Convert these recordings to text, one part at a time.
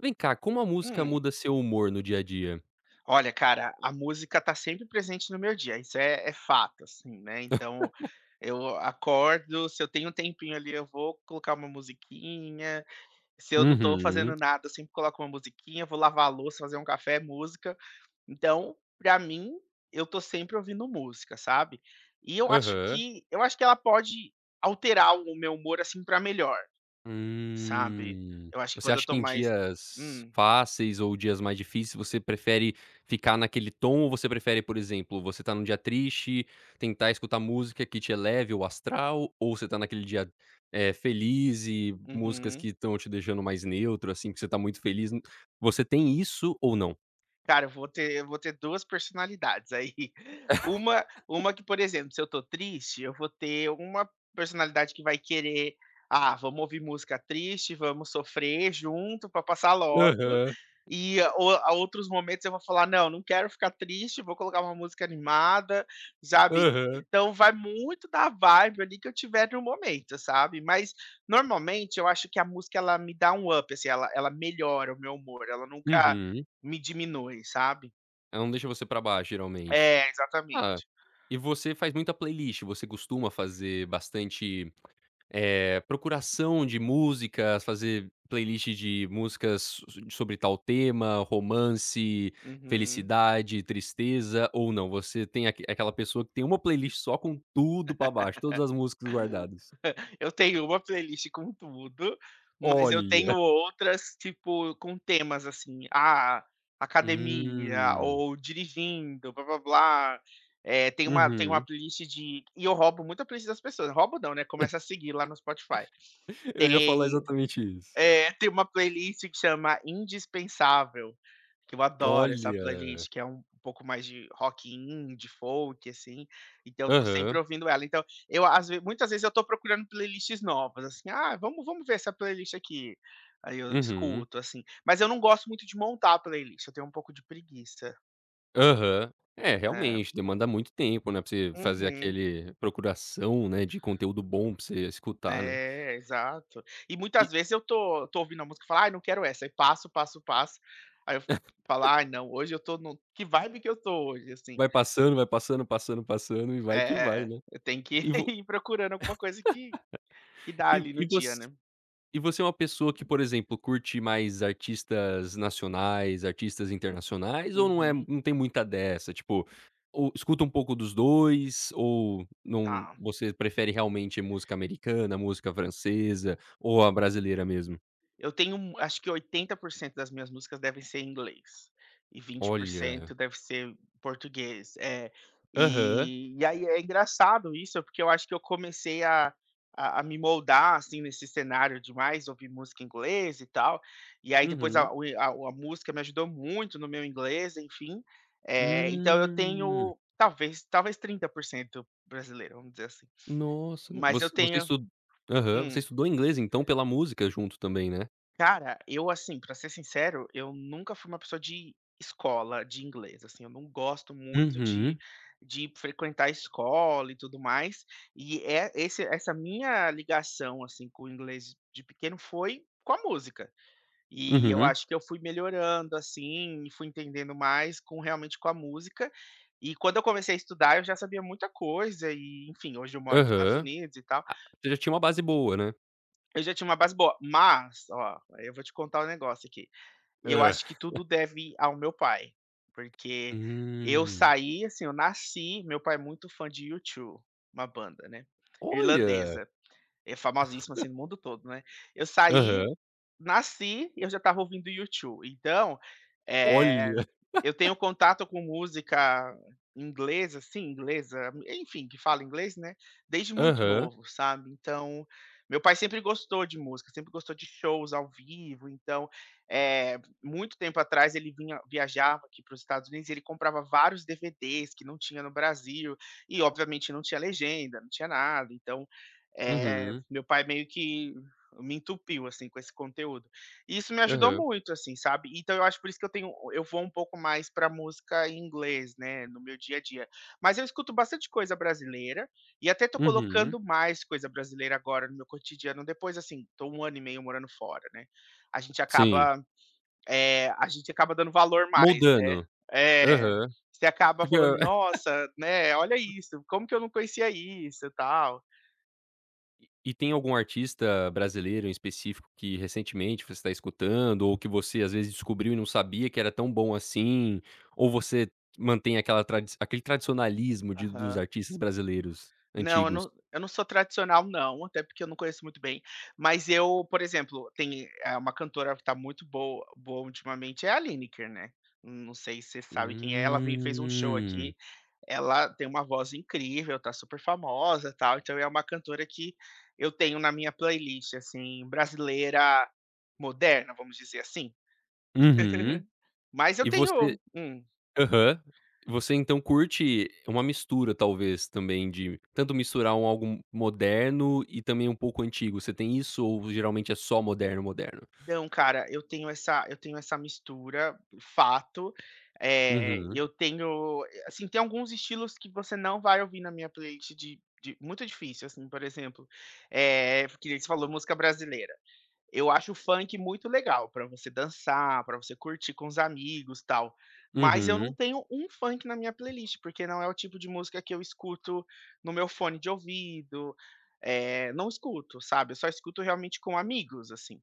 Vem cá, como a música Hum, muda seu humor no dia a dia? Olha, cara, a música tá sempre presente no meu dia, isso é fato, assim, né. Então eu acordo, se eu tenho um tempinho ali, eu vou colocar uma musiquinha, se eu não tô Uhum. fazendo nada, eu sempre coloco uma musiquinha, vou lavar a louça, fazer um café, música. Então, pra mim, eu tô sempre ouvindo música, sabe. E eu acho Aham. que eu acho que ela pode alterar o meu humor, assim, pra melhor, sabe. Hum. Eu acho que Você quando eu acha que tô em mais dias hum. fáceis ou dias mais difíceis você prefere ficar naquele tom ou você prefere, por exemplo, você tá num dia triste, tentar escutar música que te eleve o astral, ou você tá naquele dia, feliz e músicas Uhum. que estão te deixando mais neutro, assim, que você tá muito feliz, você tem isso ou não? Cara, eu vou ter 2 personalidades aí. Uma que, por exemplo, se eu tô triste, eu vou ter uma personalidade que vai querer: "Ah, vamos ouvir música triste, vamos sofrer junto pra passar logo". Aham, E a o a outros momentos eu vou falar: "Não, não quero ficar triste, vou colocar uma música animada", sabe. aham. Então vai muito da vibe ali que eu tiver no momento, sabe. Mas, normalmente, eu acho que a música ela me dá um up, assim, ela melhora o meu humor, ela nunca Uhum. me diminui, sabe? Ela não deixa você pra baixo, geralmente. É, Ah, exatamente. e você faz muita playlist, você costuma fazer bastante, procuração de músicas, fazer playlist de músicas sobre tal tema, romance, Uhum. felicidade, tristeza ou não? Você tem aquela pessoa que tem uma playlist só com tudo pra baixo, todas as músicas guardadas? Eu tenho uma playlist com tudo, mas eu tenho Olha! outras, tipo, com temas assim, ah, academia Hum. ou dirigindo, blá blá blá. É, tem uma Uhum. playlist de. E eu roubo muita playlist das pessoas. Roubo não, né? Começa a seguir lá no Spotify. Eu ia falar Tem exatamente isso. É, tem uma playlist que chama Indispensável, que eu adoro essa Olha! playlist, que é um pouco mais de rock indie, folk, assim, então eu tô sempre Aham. ouvindo ela. Então, eu às ve muitas vezes eu tô procurando playlists novas, assim: "Ah, vamos ver essa playlist aqui". Aí eu Uhum. escuto, assim. Mas eu não gosto muito de montar a playlist, eu tenho um pouco de preguiça. Aham. É, É. realmente, demanda muito tempo, né, pra você fazer Uhum. aquele procuração, né, de conteúdo bom pra você escutar, né. É, exato. E E muitas vezes eu tô ouvindo a música e falo: "Ai, não quero essa", aí passo, passo, passo, aí eu falo: "Ai não, hoje eu tô no que vibe que eu tô hoje", assim. Vai passando, passando, passando e vai que vai, É, né. eu tenho que E vo ir procurando alguma coisa que dá e ali no e dia, você né. e você é uma pessoa que, por exemplo, curte mais artistas nacionais, artistas internacionais ou não é Uhum. não tem muita dessa? Tipo, ou escuta um pouco dos 2 ou não Tá. você prefere realmente música americana, música francesa ou a brasileira mesmo? Eu tenho um, acho que 80% das minhas músicas devem ser em inglês, e Olha. 20% deve ser português, é. Aham. E aí é engraçado isso, porque eu acho que eu comecei a me moldar, assim, nesse cenário de mais ouvir música em inglês e tal, e aí depois Uhum. a o a a música me ajudou muito no meu inglês, enfim, eh, então eu Hum. tenho talvez 30% brasileiro, vamos dizer assim. Nossa, Mas eu você tenho estu aham. Você hum. estudou inglês, então, pela música junto também, né? Cara, eu assim, pra ser sincero, eu nunca fui uma pessoa de escola de inglês, assim, eu não gosto muito de Uhum, frequentar escola e tudo mais, e é esse essa minha ligação, assim, com o inglês de pequeno foi com a música. E eu uhum, acho que eu fui melhorando, assim, e fui entendendo mais com realmente com a música, e quando eu comecei a estudar eu já sabia muita coisa e, enfim, hoje eu moro nos Estados aham. Unidos e tal, Você já tinha uma base boa, né? eu já tinha uma base boa, mas, ó, eu vou te contar um negócio aqui. Eu Hã. acho que tudo deve ao meu pai, porque eu Hum. saí, assim, eu nasci, meu pai é muito fã de U2, uma banda, né, Olha! irlandesa. É famosíssima, assim, no mundo todo, né. Eu saí, Aham. nasci e eu já estava ouvindo YouTube. Então, eh, Olha! eu tenho contato com música inglesa, assim, inglesa, enfim, que fala inglês, né, desde muito Aham. novo, sabe. Então, meu pai sempre gostou de música, sempre gostou de shows ao vivo, então, eh, muito tempo atrás ele vinha viajava aqui para os Estados Unidos e ele comprava vários DVDs que não tinha no Brasil e obviamente não tinha legenda, não tinha nada, então eh, Uhum, meu pai meio que me entupiu, assim, com esse conteúdo. E isso me ajudou aham, muito, assim, sabe. Então eu acho por isso que eu tenho eu vou um pouco mais para música em inglês, né, no meu dia a dia. Mas eu escuto bastante coisa brasileira, e até tô uhum. colocando mais coisa brasileira agora no meu cotidiano, depois, assim, tô um ano e meio morando fora, né. A gente Sim. acaba, eh, a gente acaba dando valor mais, né. Moldando. É. Aham. Você acaba Fica falando: "Nossa, né, olha isso, como que eu não conhecia isso", e tal. E tem algum artista brasileiro em específico que recentemente você está escutando, ou que você às vezes descobriu e não sabia que era tão bom assim, ou você mantém aquela tradi aquele tradicionalismo de dos Aham. artistas brasileiros Não, eu antigos? não eu não sou tradicional não, até porque eu não conheço muito bem, mas eu, por exemplo, tem, eh, uma cantora que tá muito boa ultimamente é a Lineker, né. Não sei se você sabe quem é, ela veio e fez um show Hum. aqui, ela tem uma voz incrível, tá super famosa, tal, então é uma cantora que eu tenho na minha playlist, assim, brasileira moderna, vamos dizer assim. Uhum. Mas eu E você tenho. Aham. Você então curte uma mistura talvez também de tanto misturar um algo moderno e também um pouco antigo, você tem isso ou geralmente é só moderno, moderno? Não, cara, eu tenho essa mistura, fato. Eh, Uhum. eu tenho eh, assim, tem alguns estilos que você não vai ouvir na minha playlist de muito difícil, assim, por exemplo, eh, que nem você falou, música brasileira. Eu acho o funk muito legal pra você dançar, pra você curtir com os amigos, tal, mas eu não Uhum. tenho um funk na minha playlist, porque não é o tipo de música que eu escuto no meu fone de ouvido, eh, não escuto, sabe, eu só escuto realmente com amigos, assim.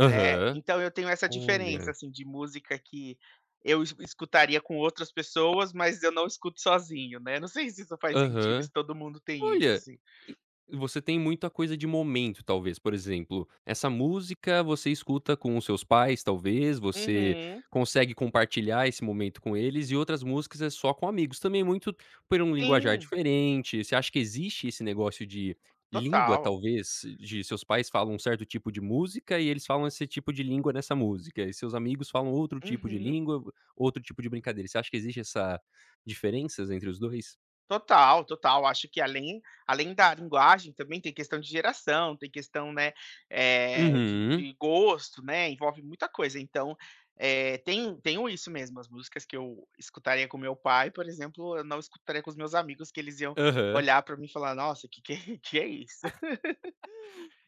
Né, então eu tenho essa diferença, Olha. assim, de música que eu es escutaria com outras pessoas, mas eu não escuto sozinho, né. Não sei se isso faz sentido, se Aham. todo mundo tem isso, Olha, assim. e você tem muita coisa de momento, talvez. Por exemplo, essa música você escuta com os seus pais, talvez, você Uhum. consegue compartilhar esse momento com eles, e outras músicas é só com amigos, também é muito por um linguajar Sim, diferente. Você acha que existe esse negócio de língua, total. talvez, de seus pais falam um certo tipo de música e eles falam esse tipo de língua nessa música, e seus amigos falam outro tipo de Uhum. língua, outro tipo de brincadeira. Você acha que existe essa diferenças entre os 2? Total, total. Acho que além, além da linguagem também tem questão de geração, tem questão, né, eh, Uhum. de gosto, né, envolve muita coisa. Então, eh, tem, tenho isso mesmo. As músicas que eu escutaria com meu pai, por exemplo, eu não escutaria com os meus amigos, que eles iam Aham. olhar para mim e falar: "Nossa, que que é isso?".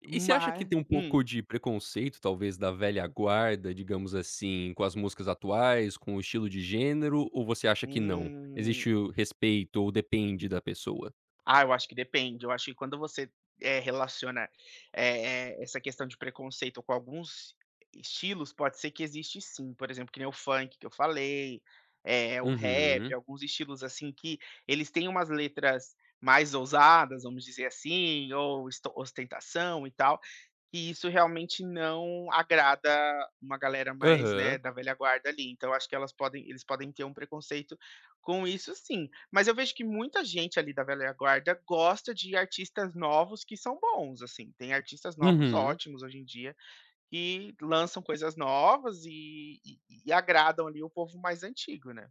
E você acha que Mas tem um hum. pouco de preconceito, talvez, da velha guarda, digamos assim, com as músicas atuais, com o estilo de gênero, ou você acha que não? Hum. Existe o respeito ou depende da pessoa? Ah, eu acho que depende. Eu acho que quando você, eh, relaciona, eh, essa questão de preconceito com alguns estilos, pode ser que existe sim. Por exemplo, que nem o funk que eu falei, eh, o rap, Uhum. alguns estilos, assim, que eles têm umas letras mais ousadas, vamos dizer assim, ou esto ostentação e tal, e isso realmente não agrada uma galera mais, né, Aham. da velha guarda ali. Então, eu acho que elas podem eles podem ter um preconceito com isso sim. Mas eu vejo que muita gente ali da velha guarda gosta de artistas novos que são bons, assim. Tem artistas novos Uhum. ótimos hoje em dia que lançam coisas novas e agradam ali o povo mais antigo, né.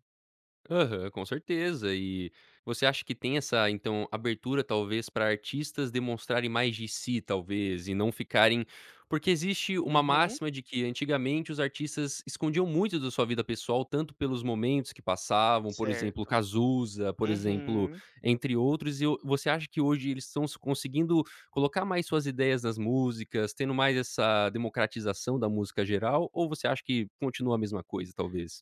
Aham, com certeza. E você acha que tem essa, então, abertura talvez para artistas demonstrarem mais de si, talvez, e não ficarem porque existe uma Uhum, máxima de que antigamente os artistas escondiam muito da sua vida pessoal, tanto pelos momentos que passavam, por exemplo, certo. Cazuza, por exemplo, Uhum. entre outros, você acha que hoje eles estão se conseguindo colocar mais suas ideias nas músicas, tendo mais essa democratização da música geral, ou você acha que continua a mesma coisa, talvez?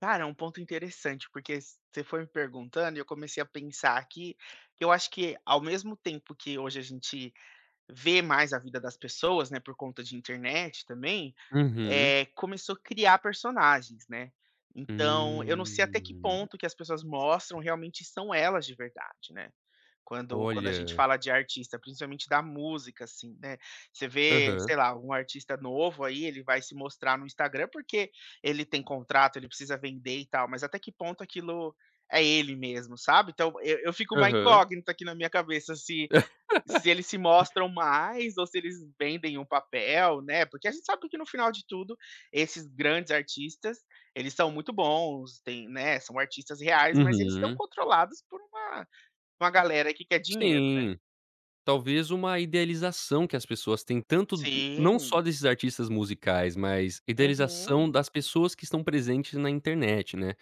Cara, é um ponto interessante, porque você foi me perguntando e eu comecei a pensar aqui, que eu acho que ao mesmo tempo que hoje a gente vê mais a vida das pessoas, né, por conta de internet também. Uhum. Eh, começou a criar personagens, né. Então, eu não sei até que Hum, ponto que as pessoas mostram realmente são elas de verdade, né. Quando a gente olha. fala de artista, principalmente da música, assim, né. Você vê, Aham, sei lá, um artista novo aí, ele vai se mostrar no Instagram, porque ele tem contrato, ele precisa vender e tal, mas até que ponto aquilo é ele mesmo, sabe. Então eu fico uma aham. incógnita aqui na minha cabeça se eles se mostram mais ou se eles vendem um papel, né? Porque a gente sabe que no final de tudo, esses grandes artistas, eles são muito bons, tem, né, são artistas reais, mas eles estão Uhum. controlados por uma galera que quer dinheiro, né? Sim, talvez uma idealização que as pessoas têm tanto não Sim, só desses artistas musicais, mas uhum, idealização das pessoas que estão presentes na internet, né.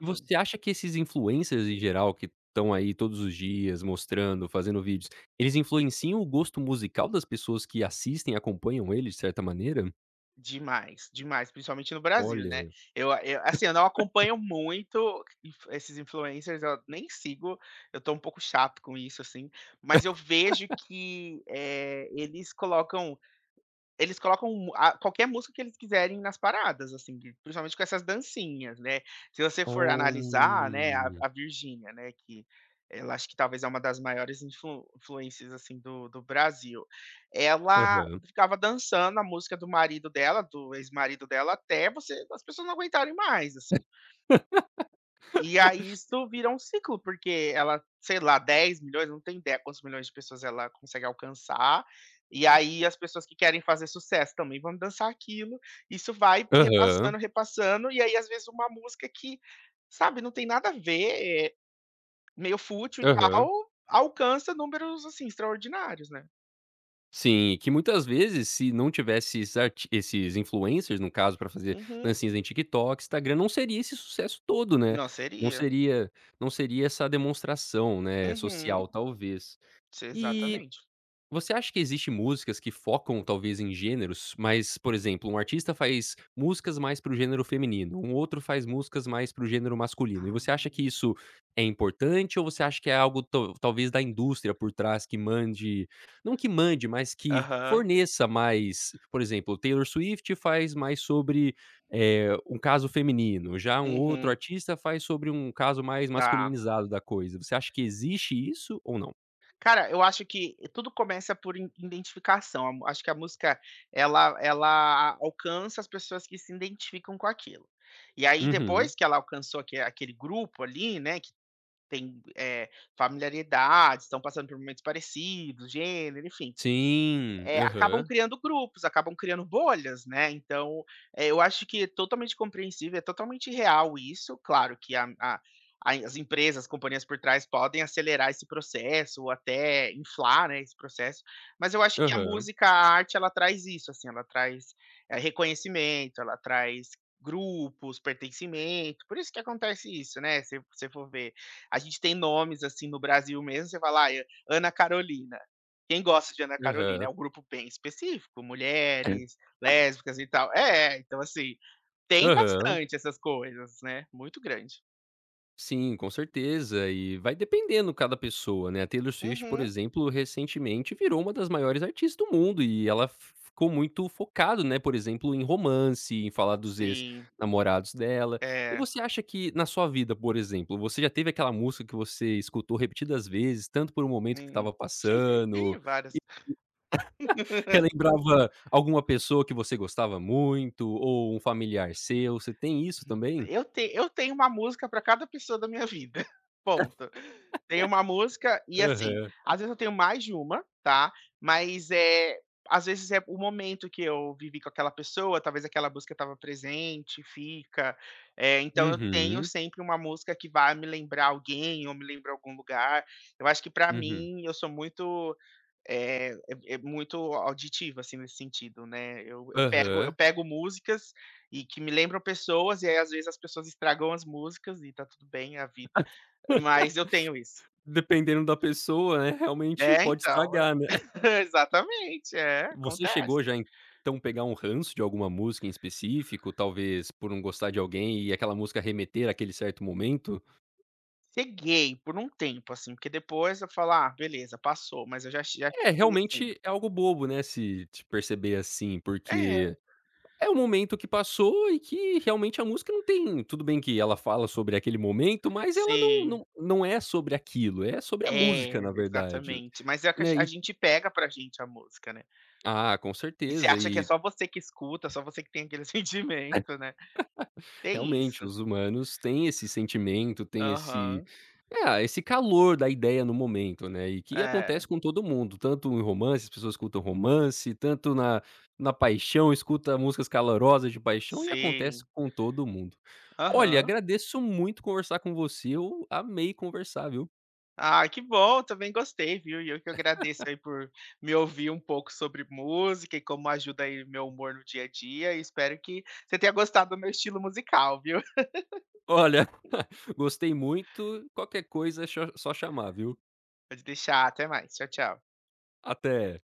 E você acha que esses influencers em geral que estão aí todos os dias mostrando, fazendo vídeos, eles influenciam o gosto musical das pessoas que assistem, acompanham ele de certa maneira? Demais, demais, principalmente no Brasil, né? Olha. Assim, eu não acompanho muito esses influencers, eu nem sigo, eu tô um pouco chato com isso, assim, mas eu vejo que eh, eles colocam mu a qualquer música que eles quiserem nas paradas, assim, de- principalmente com essas dancinhas, né. Se você for analisar, né, a Hum. a Virgínia, né, que ela acho que talvez é uma das maiores influências, assim, do Brasil. Ela Aham, ficava dançando a música do marido dela, do ex-marido dela, até você as pessoas não aguentarem mais, assim. E aí isso vira um ciclo, porque ela, sei lá, 10 milhões não tem ideia quantos milhões de pessoas ela consegue alcançar, e aí as pessoas que querem fazer sucesso também vão dançar aquilo, isso vai aham, repassando, repassando, e aí às vezes uma música que, sabe, não tem nada a ver, eh, meio fútil e tal, aham. alcança números, assim, extraordinários, né. Sim, que muitas vezes se não tivesse esses influencers, no caso, para fazer Uhum. dancinhas em TikTok, Instagram, não seria esse sucesso todo, né. Não, Não seria. seria não seria essa demonstração, né, Uhum. social, talvez. Se E Exatamente. você acha que existe músicas que focam talvez em gêneros, mas, por exemplo, um artista faz músicas mais para o gênero feminino, um outro faz músicas mais para o gênero masculino, e você acha que Ah. isso é importante ou você acha que é algo talvez da indústria por trás que mande não que mande, mas que Aham. forneça mais por exemplo, Taylor Swift faz mais sobre, um caso feminino, já um outro Uhum. artista faz sobre um caso mais Tá. masculinizado da coisa. Você acha que existe isso ou não? Cara, eu acho que tudo começa por in identificação. A mu Acho que a música ela alcança as pessoas que se identificam com aquilo. E aí Uhum. depois que ela alcançou aquele grupo ali, né, que tem, eh, familiaridade, estão passando por momentos parecidos, gênero, enfim, Sim. é, acabam Aham. criando grupos, acabam criando bolhas, né? Então, é, eu acho que é totalmente compreensível, é totalmente real isso. Claro que as empresas, as companhias por trás podem acelerar esse processo ou até inflar, né, esse processo. Mas eu acho que a Aham. música, a arte, ela traz isso, assim, ela traz é, reconhecimento, ela traz grupos, pertencimento, por isso que acontece isso, né? Se você for ver, a gente tem nomes assim no Brasil mesmo, você fala, ah, Ana Carolina. Quem gosta de Ana Carolina é Aham. um grupo bem específico, mulheres, lésbicas e tal. É, então assim, tem Aham. bastante essas coisas, né? Muito grande. Sim, com certeza. E vai dependendo cada pessoa, né. A Taylor Swift, por Uhum. exemplo, recentemente virou uma das maiores artistas do mundo e ela f ficou muito focado, né, por exemplo, em romance, em falar dos Sim, ex-namorados dela. E é. você acha que na sua vida, por exemplo, você já teve aquela música que você escutou repetidas vezes, tanto por um momento que estava Hum, e passando. várias. Relembrava alguma pessoa que você gostava muito ou um familiar seu, você tem isso também? Eu tenho uma música para cada pessoa da minha vida, ponto. Tenho uma música e, assim, Aham. às vezes eu tenho mais de uma, tá, mas, é, às vezes é o momento que eu vivi com aquela pessoa, talvez aquela música estava presente, fica, eh, então eu tenho Uhum, sempre uma música que vai me lembrar alguém ou me lembrar algum lugar. Eu acho que para uhum. mim, eu sou muito é muito auditiva, assim, nesse sentido, né. Eu eu pego eu Aham. pego músicas e que me lembram pessoas, e aí às vezes as pessoas estragam as músicas e tá tudo bem, é a vida. Mas eu tenho isso. Dependendo da pessoa, né, realmente É, pode então. estragar, né. Exatamente, é, Você acontece. chegou já então pegar um ranço de alguma música em específico, talvez por não gostar de alguém e aquela música remeter àquele certo momento? Ceguei por um tempo, assim, porque depois eu falo: "Ah, beleza, passou", mas eu já É, fiquei assim. realmente é algo bobo, né, se se perceber assim, É, porque é um momento que passou e que realmente a música não tem tudo bem que ela fala sobre aquele momento, mas ela não sim. não não é sobre aquilo, é sobre a música, É, na verdade, exatamente. Mas é que a né, gen a e gente pega pra gente a música, né. ah, com E você certeza acha que é e. só você que escuta, só você que tem aquele sentimento, né. Tem Realmente, isso. os humanos têm esse sentimento, têm esse Aham. ah, esse calor da ideia no momento, né, e que É. acontece com todo mundo, tanto em romance, as pessoas escutam romance, tanto na paixão, escuta músicas calorosas de paixão e acontece Sim. com todo mundo. Olha, Aham. agradeço muito conversar com você, eu amei conversar, viu. Ah, que bom, também gostei, viu. E eu que agradeço aí por me ouvir um pouco sobre música e como ajuda aí meu humor no dia a dia e espero que você tenha gostado do meu estilo musical, viu. Olha, gostei muito, qualquer coisa é só chamar, viu. Pode deixar, até mais. Tchau, tchau. Até.